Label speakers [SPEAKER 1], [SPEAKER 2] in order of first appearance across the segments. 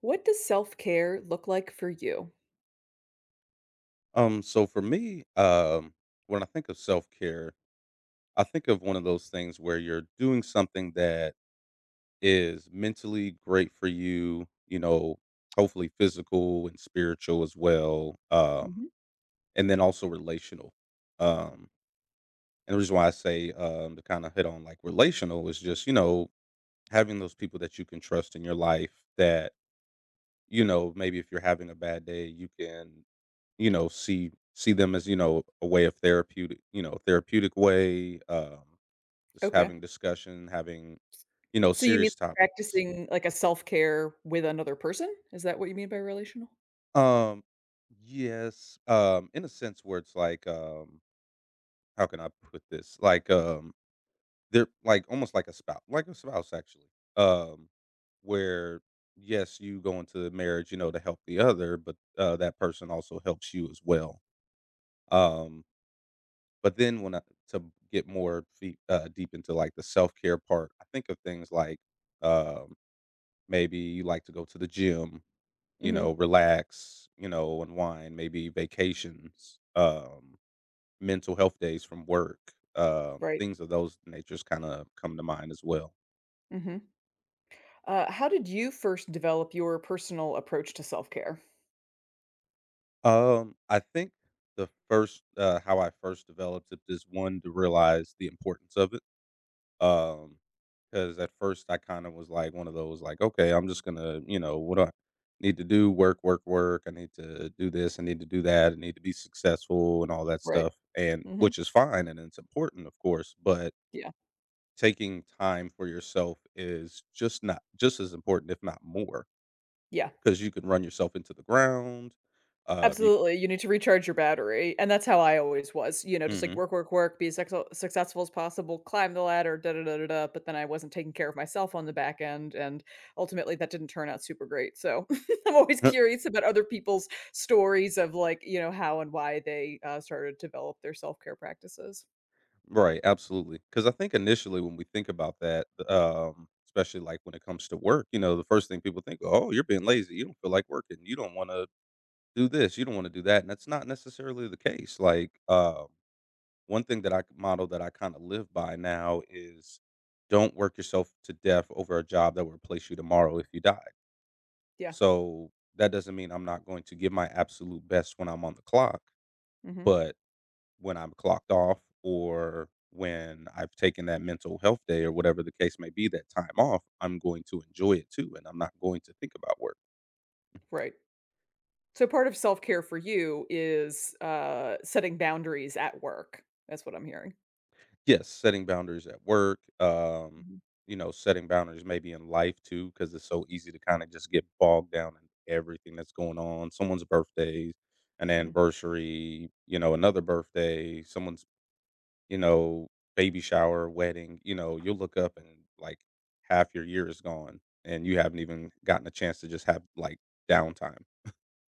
[SPEAKER 1] What does self-care look like for you?
[SPEAKER 2] So for me, when I think of self care, I think of one of those things where you're doing something that is mentally great for you, you know, hopefully physical and spiritual as well, and then also relational. Um, and the reason why I say to kind of hit on like relational is just, you know, having those people that you can trust in your life that, you know, maybe if you're having a bad day, you can you know, see them as, you know, a way of therapeutic, you know, therapeutic way, just
[SPEAKER 1] Okay.
[SPEAKER 2] having discussion, you know,
[SPEAKER 1] So you mean
[SPEAKER 2] serious topics.
[SPEAKER 1] practicing like a self-care with another person? Is that what you mean by relational?
[SPEAKER 2] Um, yes, in a sense where it's like, how can I put this? Like, they're like almost like a spouse actually. Um, where yes, you go into marriage, you know, to help the other, but that person also helps you as well. Um, But then when I to get more feet, deep into, like, the self-care part, I think of things like, um, maybe you like to go to the gym, you know,
[SPEAKER 1] Mhm.
[SPEAKER 2] relax, you know, unwind, maybe vacations, mental health days from work,
[SPEAKER 1] Right.
[SPEAKER 2] things of those natures kinda come to mind as well.
[SPEAKER 1] Mhm. How did you first develop your personal approach to self-care?
[SPEAKER 2] I think the first, how I first developed it is, 1, to realize the importance of it. Um, because at first I kinda was, like, one of those, like, "Okay, I'm just gonna, you know, what do I need to do? Work, work, work. I need to do this. I need to do that. I need to be successful," and all that
[SPEAKER 1] Right.
[SPEAKER 2] stuff, and
[SPEAKER 1] Mhm.
[SPEAKER 2] which is fine, and it's important, of course, but
[SPEAKER 1] Yeah.
[SPEAKER 2] taking time for yourself is just not just as important, if not more,
[SPEAKER 1] Yeah.
[SPEAKER 2] because you can run yourself into the ground. You c
[SPEAKER 1] Absolutely, you need to recharge your battery, and that's how I always was, you know, just, like,
[SPEAKER 2] Mhm.
[SPEAKER 1] work, work, work, be as successful as possible, climb the ladder, da da da da da, but then I wasn't taking care of myself on the back end, and ultimately, that didn't turn out super great, so, I'm always curious about other people's stories of, like, you know, how and why they, started to develop their self-care practices.
[SPEAKER 2] Right, absolutely. Because I think initially when we think about that, especially, like, when it comes to work, you know, the first thing people think, "Oh, you're being lazy. You don't feel like working. You don't wanna do this. You don't wanna do that," and that's not necessarily the case. Like, one thing that I model that I kinda live by now is don't work yourself to death over a job that will replace you tomorrow if you die.
[SPEAKER 1] Yeah,
[SPEAKER 2] So, that doesn't mean I'm not going to give my absolute best when I'm on the clock,
[SPEAKER 1] mhm,
[SPEAKER 2] but when I'm clocked off or when I've taken that mental health day or whatever the case may be, that time off, I'm going to enjoy it too, and I'm not going to think about work.
[SPEAKER 1] right. So, part of self-care for you is, setting boundaries at work. That's what I'm hearing.
[SPEAKER 2] Yes, setting boundaries at work,
[SPEAKER 1] Mhm,
[SPEAKER 2] you know, setting boundaries maybe in life too, because it's so easy to kind of just get bogged down in everything that's going on. Someone's birthday, an
[SPEAKER 1] mhm.
[SPEAKER 2] anniversary, you know, another birthday, someone's you know, baby shower, wedding, you know, you'll look up and like half your year is gone and you haven't even gotten a chance to just have like downtime.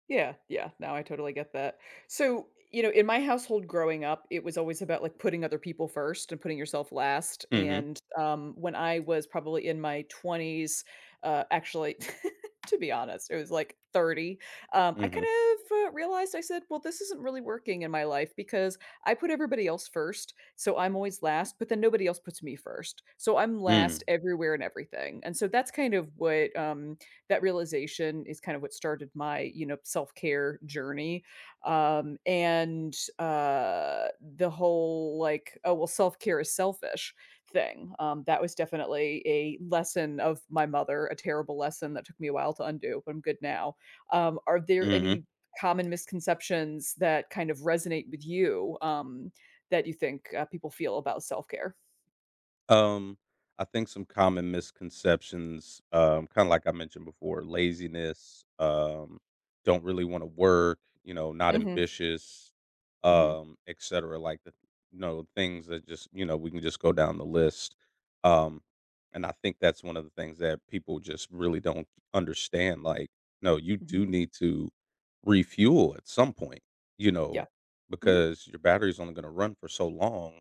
[SPEAKER 1] Yeah, yeah. Now I totally get that. So, you know, in my household growing up, it was always about like putting other people first and putting yourself last.
[SPEAKER 2] Mhm.
[SPEAKER 1] And when I was probably in my 20s, actually, to be honest, it was like 30, I
[SPEAKER 2] Mhm.
[SPEAKER 1] kind of realized, I said, well, this isn't really working in my life because I put everybody else first. So I'm always last, but then nobody else puts me first. So I'm
[SPEAKER 2] Mm.
[SPEAKER 1] last everywhere and everything. And so that's kind of what. That realization is kind of what started my self-care journey. And the whole like, oh well, self-care is selfish thing. That was definitely a lesson of my mother, a terrible lesson that took me a while to undo, but I'm good now. Are there
[SPEAKER 2] Mhm.
[SPEAKER 1] any common misconceptions that kind of resonate with you that you think people feel about self care?
[SPEAKER 2] Um, I think some common misconceptions, kind of like I mentioned before, laziness, don't really want to work, you know, not
[SPEAKER 1] Hmm.
[SPEAKER 2] ambitious,
[SPEAKER 1] Hmm.
[SPEAKER 2] et cetera. Like the, you know, things that just, you know, we can just go down the list. Um, and I think that's one of the things that people just really don't understand. Like, no, you
[SPEAKER 1] Hmm.
[SPEAKER 2] do need to refuel at some point, you
[SPEAKER 1] Yeah.
[SPEAKER 2] know,
[SPEAKER 1] Hmm.
[SPEAKER 2] because your battery's only going to run for so long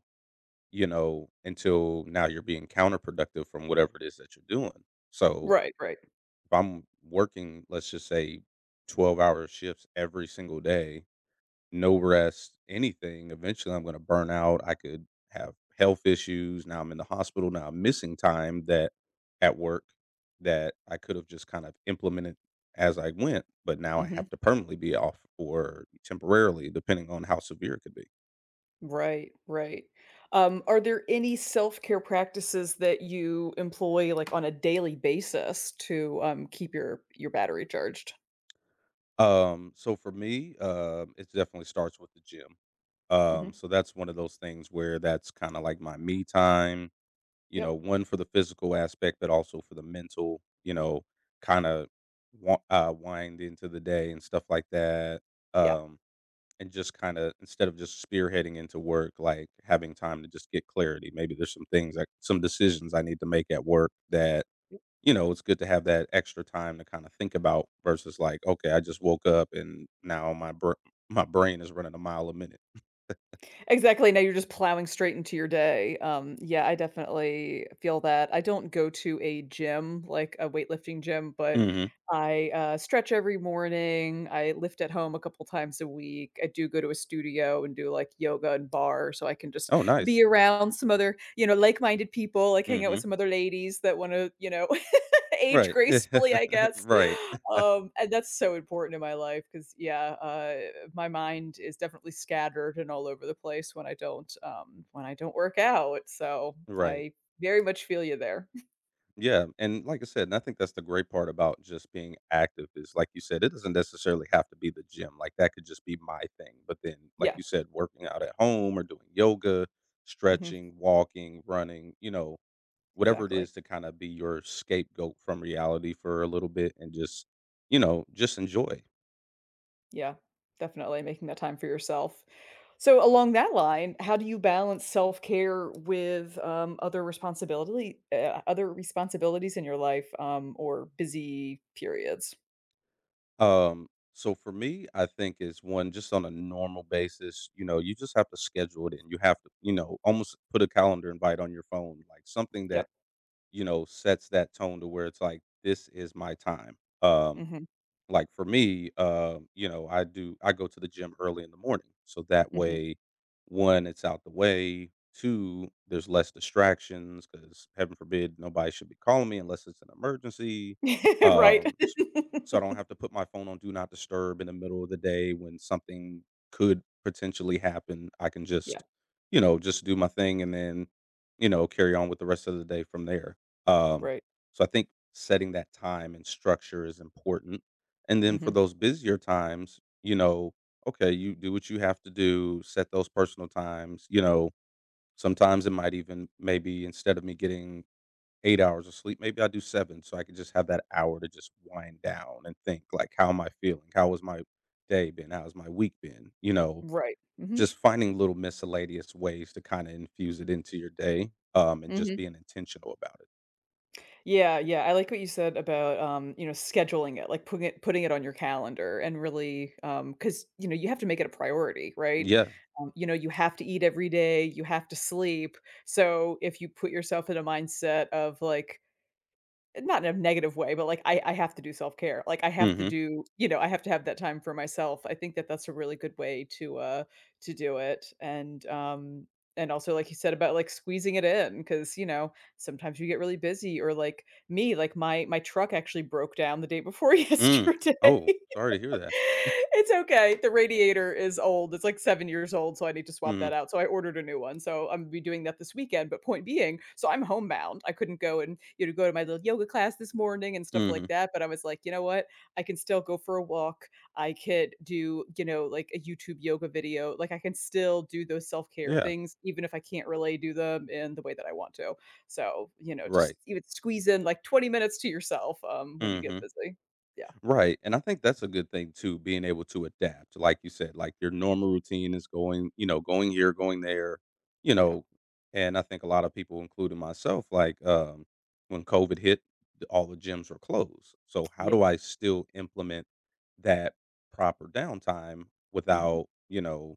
[SPEAKER 2] you know, until now you're being counterproductive from whatever it is that you're doing. So
[SPEAKER 1] Right. Right.
[SPEAKER 2] if I'm working, let's just say 12-hour shifts every single day, no rest, anything, eventually I'm going to burn out. I could have health issues. Now I'm in the hospital. Now I'm missing time that at work that I could have just kind of implemented as I went, but now I
[SPEAKER 1] Hmm.
[SPEAKER 2] have to permanently be off or temporarily, depending on how severe it could be.
[SPEAKER 1] Right, right. Are there any self-care practices that you employ, like, on a daily basis to, keep your battery charged?
[SPEAKER 2] So for me, it definitely starts with the gym. Um,
[SPEAKER 1] Mhm.
[SPEAKER 2] so that's one of those things where that's kind of like my me time, you know,
[SPEAKER 1] Yep.
[SPEAKER 2] one for the physical aspect, but also for the mental, you know, kind of wind into the day and stuff like that.
[SPEAKER 1] Yeah.
[SPEAKER 2] Um, and just kind of instead of just spearheading into work, like having time to just get clarity. Maybe there's some things like some decisions I need to make at work that you know, it's good to have that extra time to kinda think about versus like, "Okay, I just woke up and now my brain is running a mile a minute."
[SPEAKER 1] Exactly, now you're just plowing straight into your day. Yeah, I definitely feel that. I don't go to a gym, like a weightlifting gym, but
[SPEAKER 2] Mhm.
[SPEAKER 1] I stretch every morning, I lift at home a couple times a week. I do go to a studio and do, like, yoga and bar, so I can just
[SPEAKER 2] Oh, nice.
[SPEAKER 1] be around some other like-minded people, like, hang out with
[SPEAKER 2] Mhm.
[SPEAKER 1] some other ladies that wanna, you know Age
[SPEAKER 2] Right.
[SPEAKER 1] gracefully, I guess.
[SPEAKER 2] Right.
[SPEAKER 1] And that's so important in my life because, yeah, my mind is definitely scattered and all over the place when I don't work out, so
[SPEAKER 2] Right.
[SPEAKER 1] I very much feel you there.
[SPEAKER 2] Yeah, and like I said, and I think that's the great part about just being active is, like you said, it doesn't necessarily have to be the gym, like, that could just be my thing, but then, like
[SPEAKER 1] Yeah,
[SPEAKER 2] you said, working out at home or doing yoga,
[SPEAKER 1] mhm,
[SPEAKER 2] stretching, walking, running, you know whatever it
[SPEAKER 1] exactly.
[SPEAKER 2] is to kinda be your scapegoat from reality for a little bit and just, you know, just enjoy.
[SPEAKER 1] Yeah, definitely making that time for yourself. So along that line, how do you balance self-care with, other responsibility other responsibilities in your life, or busy periods?
[SPEAKER 2] So for me, I think is one just on a normal basis, you know, you just have to schedule it and you have to, you know, almost put a calendar invite on your phone, like something that,
[SPEAKER 1] Yep.
[SPEAKER 2] you know, sets that tone to where it's like, "This is my time."
[SPEAKER 1] Mhm,
[SPEAKER 2] Like for me, you know, I go to the gym early in the morning. So that
[SPEAKER 1] mhm.
[SPEAKER 2] way, one, it's out the way. Two, there's less distractions because heaven forbid nobody should be calling me unless it's an emergency.
[SPEAKER 1] Right?
[SPEAKER 2] Um, s- so I don't have to put my phone on do not disturb in the middle of the day when something could potentially happen. I can
[SPEAKER 1] Yeah,
[SPEAKER 2] just, you know, just do my thing and then, you know, carry on with the rest of the day from there. Um,
[SPEAKER 1] right.
[SPEAKER 2] so I think setting that time and structure is important, and then for
[SPEAKER 1] Mhm.
[SPEAKER 2] those busier times, you know, okay, you do what you have to do, set those personal times. You know, sometimes it might even maybe instead of me getting 8 hours of sleep, maybe I do seven so I can just have that hour to just wind down and think, like, how am I feeling? How was my day been? How's my week been? You know,
[SPEAKER 1] Right. Mhm.
[SPEAKER 2] just finding little miscellaneous ways to kind of infuse it into your day and just
[SPEAKER 1] Mhm.
[SPEAKER 2] being intentional about it.
[SPEAKER 1] Yeah, yeah, I like what you said about, scheduling it, like, putting it on your calendar and really, because you know, you have to make it a priority, right?
[SPEAKER 2] Yeah.
[SPEAKER 1] You have to eat every day, you have to sleep, so if you put yourself in a mindset of, like not in a negative way, but, like, I have to do self-care. Like, I have
[SPEAKER 2] Mm
[SPEAKER 1] to
[SPEAKER 2] hmm.
[SPEAKER 1] do you know, I have to have that time for myself. I think that that's a really good way to do it, and also, like you said about, like, squeezing it in, because sometimes you get really busy or, like, me, like, my truck actually broke down the day before
[SPEAKER 2] Mm.
[SPEAKER 1] yesterday.
[SPEAKER 2] Oh, sorry to hear that.
[SPEAKER 1] It's okay. The radiator is old. It's like 7 years old, so I need to swap
[SPEAKER 2] Mm
[SPEAKER 1] that out. So I ordered a new one. So I'm gonna be doing that this weekend, but point being, so I'm homebound. I couldn't go and go to my little yoga class this morning and stuff
[SPEAKER 2] hmm.
[SPEAKER 1] like that, but I was like, "You know what? I can still go for a walk. I could do like a YouTube yoga video. Like I can still do those self-care
[SPEAKER 2] Yeah.
[SPEAKER 1] things even if I can't really do them in the way that I want to." So,
[SPEAKER 2] Right.
[SPEAKER 1] just even squeeze in like 20 minutes to yourself, when you get
[SPEAKER 2] Mhm.
[SPEAKER 1] busy. Yeah,
[SPEAKER 2] Right, and I think that's a good thing too, being able to adapt. Like you said, like your normal routine is going, you know, going here, going there, you
[SPEAKER 1] yeah,
[SPEAKER 2] know, and I think a lot of people, including myself, like when COVID hit, all the gyms were closed. So how
[SPEAKER 1] yeah.
[SPEAKER 2] do I still implement that proper downtime
[SPEAKER 1] Mhm.
[SPEAKER 2] without, you know,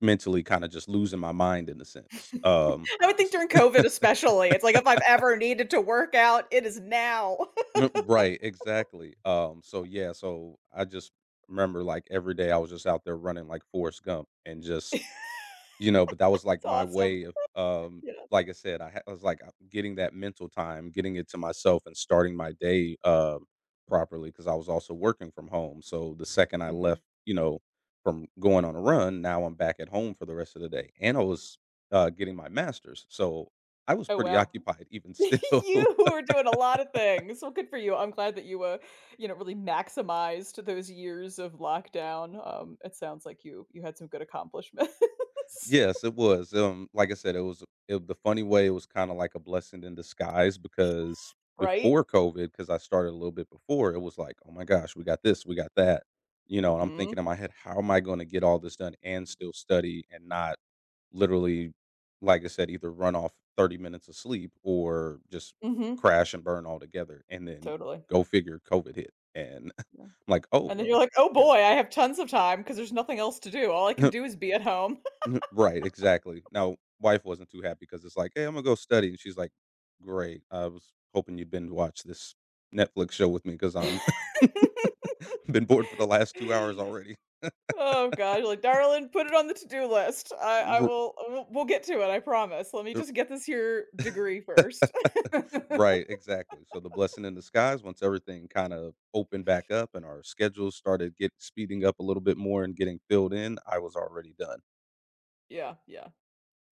[SPEAKER 2] mentally kind of just losing my mind in a sense?
[SPEAKER 1] I would think during COVID especially, it's like if I've ever needed to work out, it is now.
[SPEAKER 2] Mm, right, exactly. So yeah, so I just remember like every day I was just out there running like Forrest Gump and just you know, but that was like
[SPEAKER 1] It's
[SPEAKER 2] my
[SPEAKER 1] awesome.
[SPEAKER 2] way of
[SPEAKER 1] Yeah.
[SPEAKER 2] like I said, I was like getting that mental time, getting it to myself, and starting my day properly because I was also working from home. So the second I left,
[SPEAKER 1] Mhm.
[SPEAKER 2] you know, from going on a run, now I'm back at home for the rest of the day, and I was getting my master's, so I was
[SPEAKER 1] Oh,
[SPEAKER 2] pretty
[SPEAKER 1] wow.
[SPEAKER 2] occupied even still.
[SPEAKER 1] You are doing a lot of things. Well, good for you. I'm glad that you really maximized those years of lockdown. It sounds like you had some good accomplishments,
[SPEAKER 2] Yes, it was, like I said, it was it the funny way, it was kinda like a blessing in disguise because
[SPEAKER 1] right?
[SPEAKER 2] before COVID, because I started a little bit before, it was like, "Oh my gosh, we got this, we got that," you know, and I'm
[SPEAKER 1] Mhm.
[SPEAKER 2] thinking in my head, "How am I gonna get all this done and still study and not literally," like I said, "either run off 30 minutes of sleep or just
[SPEAKER 1] Mhm.
[SPEAKER 2] crash and burn altogether," and then
[SPEAKER 1] Totally.
[SPEAKER 2] go figure COVID hit, and I'm
[SPEAKER 1] Yeah.
[SPEAKER 2] like, "Oh,
[SPEAKER 1] And then you're
[SPEAKER 2] well,
[SPEAKER 1] like, "Oh
[SPEAKER 2] got
[SPEAKER 1] boy, I have tons of time because there's nothing else to do. All I can do is be at home."
[SPEAKER 2] mhm, right, exactly. Now, wife wasn't too happy because it's like, "Hey, I'm gonna go study," and she's like, "Great, I was hoping you'd binge watch this Netflix show with me because 'cause I'm been bored for the last 2 hours already."
[SPEAKER 1] Oh god, like, "Darling, put it on the to-do list. I
[SPEAKER 2] R
[SPEAKER 1] will we'll get to it, I promise. Let me
[SPEAKER 2] r
[SPEAKER 1] just get this here degree first.
[SPEAKER 2] Right, exactly. So, the blessing in disguise, once everything kinda opened back up and our schedules started get speeding up a little bit more and getting filled in, I was already done.
[SPEAKER 1] Yeah, yeah.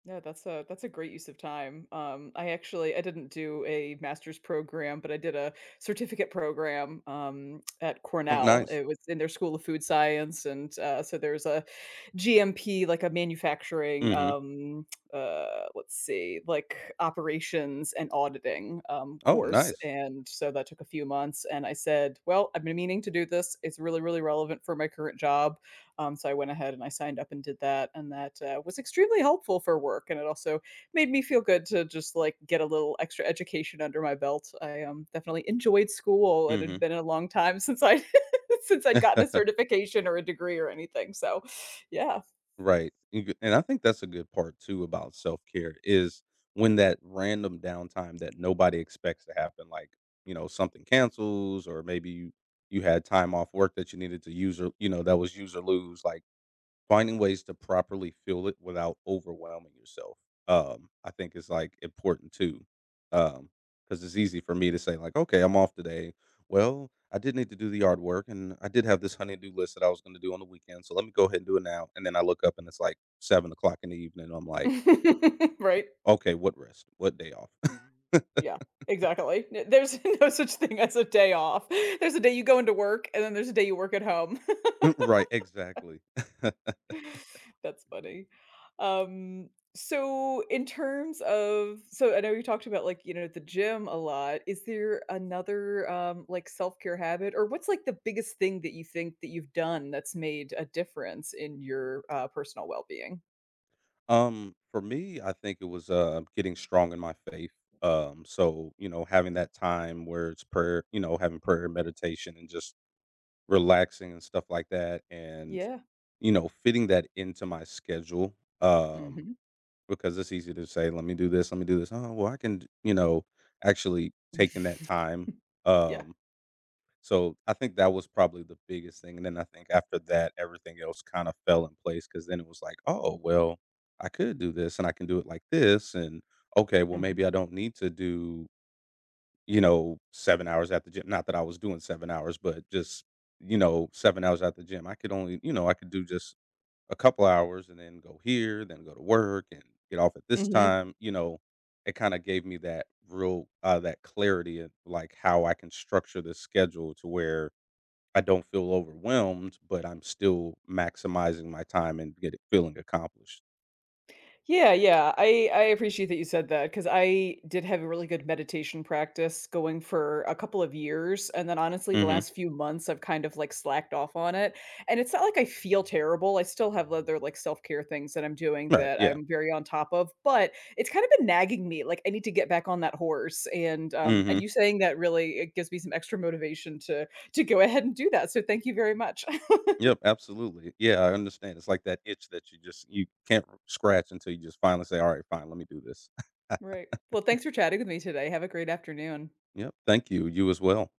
[SPEAKER 1] No, that's a great use of time. I actually I didn't do a master's program, but I did a certificate program, at
[SPEAKER 2] Oh,
[SPEAKER 1] Cornell.
[SPEAKER 2] nice.
[SPEAKER 1] It was in their School of Food Science, and, so there's a GMP, like a manufacturing,
[SPEAKER 2] Mhm.
[SPEAKER 1] let's see, like operations and auditing
[SPEAKER 2] Oh,
[SPEAKER 1] course.
[SPEAKER 2] nice.
[SPEAKER 1] And so that took a few months. And I said, well, I've been meaning to do this. It's really, really relevant for my current job. So I went ahead and I signed up and did that. And that was extremely helpful for work. And it also made me feel good to just like get a little extra education under my belt. I definitely enjoyed school. And it had
[SPEAKER 2] Mhm.
[SPEAKER 1] been a long time since I. since I'd gotten a certification or a degree or anything. So, yeah.
[SPEAKER 2] Right, you g and I think that's a good part too about self-care is when that random downtime that nobody expects to happen, like, you know, something cancels or maybe you had time off work that you needed to use or, you know, that was use or lose, like, finding ways to properly fuel it without overwhelming yourself, I think is, like, important too. Um, because it's easy for me to say, like, "Okay, I'm off today. Well, I did need to do the yard work, and I did have this honey-do list that I was gonna do on the weekend, so let me go ahead and do it now," and then I look up and it's, like, 7 o'clock in the evening, I'm like,
[SPEAKER 1] Right?
[SPEAKER 2] "Okay, what rest? What day off?"
[SPEAKER 1] Yeah, exactly. N there's no such thing as a day off. There's a day you go into work, and then there's a day you work at home.
[SPEAKER 2] Right, exactly.
[SPEAKER 1] That's funny. Um, so in terms of so I know you talked about, like, the gym a lot. Is there another, like, self-care habit, or what's, like, the biggest thing that you think that you've done that's made a difference in your personal well-being?
[SPEAKER 2] For me, I think it was, getting strong in my faith. So, you know, having that time where it's prayer, you know, having prayer meditation and just relaxing and stuff like that and,
[SPEAKER 1] Yeah.
[SPEAKER 2] you know, fitting that into my schedule. Um,
[SPEAKER 1] Mhm.
[SPEAKER 2] because it's easy to say, let me do this, let me do this. Oh, well, you know, actually taking that time,
[SPEAKER 1] Yeah.
[SPEAKER 2] um, so I think that was probably the biggest thing, and then I think after that, everything else kinda fell in place. Because then it was like, "Oh, well, I could do this, and I can do it like this, and okay, well, maybe
[SPEAKER 1] Mhm.
[SPEAKER 2] I don't need to do, you know, 7 hours at the gym." Not that I was doing 7 hours, but just, you know, 7 hours at the gym. I could only you know, I could do just a couple hours and then go here, then go to work, and get off at this
[SPEAKER 1] Mhm.
[SPEAKER 2] time, you know? It kinda gave me that real, that clarity of, like, how I can structure the schedule to where I don't feel overwhelmed, but I'm still maximizing my time and get feeling accomplished.
[SPEAKER 1] Yeah, yeah. I appreciate that you said that because I did have a really good meditation practice going for a couple of years, and then honestly, the
[SPEAKER 2] Mhm.
[SPEAKER 1] last few months, I've kind of, like, slacked off on it, and it's not like I feel terrible, I still have other, like, self-care things that I'm doing
[SPEAKER 2] Right,
[SPEAKER 1] that
[SPEAKER 2] yeah.
[SPEAKER 1] I'm very on top of, but it's kind of been nagging me, like, I need to get back on that horse, and, um,
[SPEAKER 2] Mhm.
[SPEAKER 1] and you saying that really it gives me some extra motivation to go ahead and do that, so thank you very much.
[SPEAKER 2] Yep, absolutely. Yeah, I understand. It's like that itch that you just you can't scratch until you just finally say, "Alright, fine, let me do this."
[SPEAKER 1] Right. Well, thanks for chatting with me today. Have a great afternoon.
[SPEAKER 2] Yep, thank you. You as well.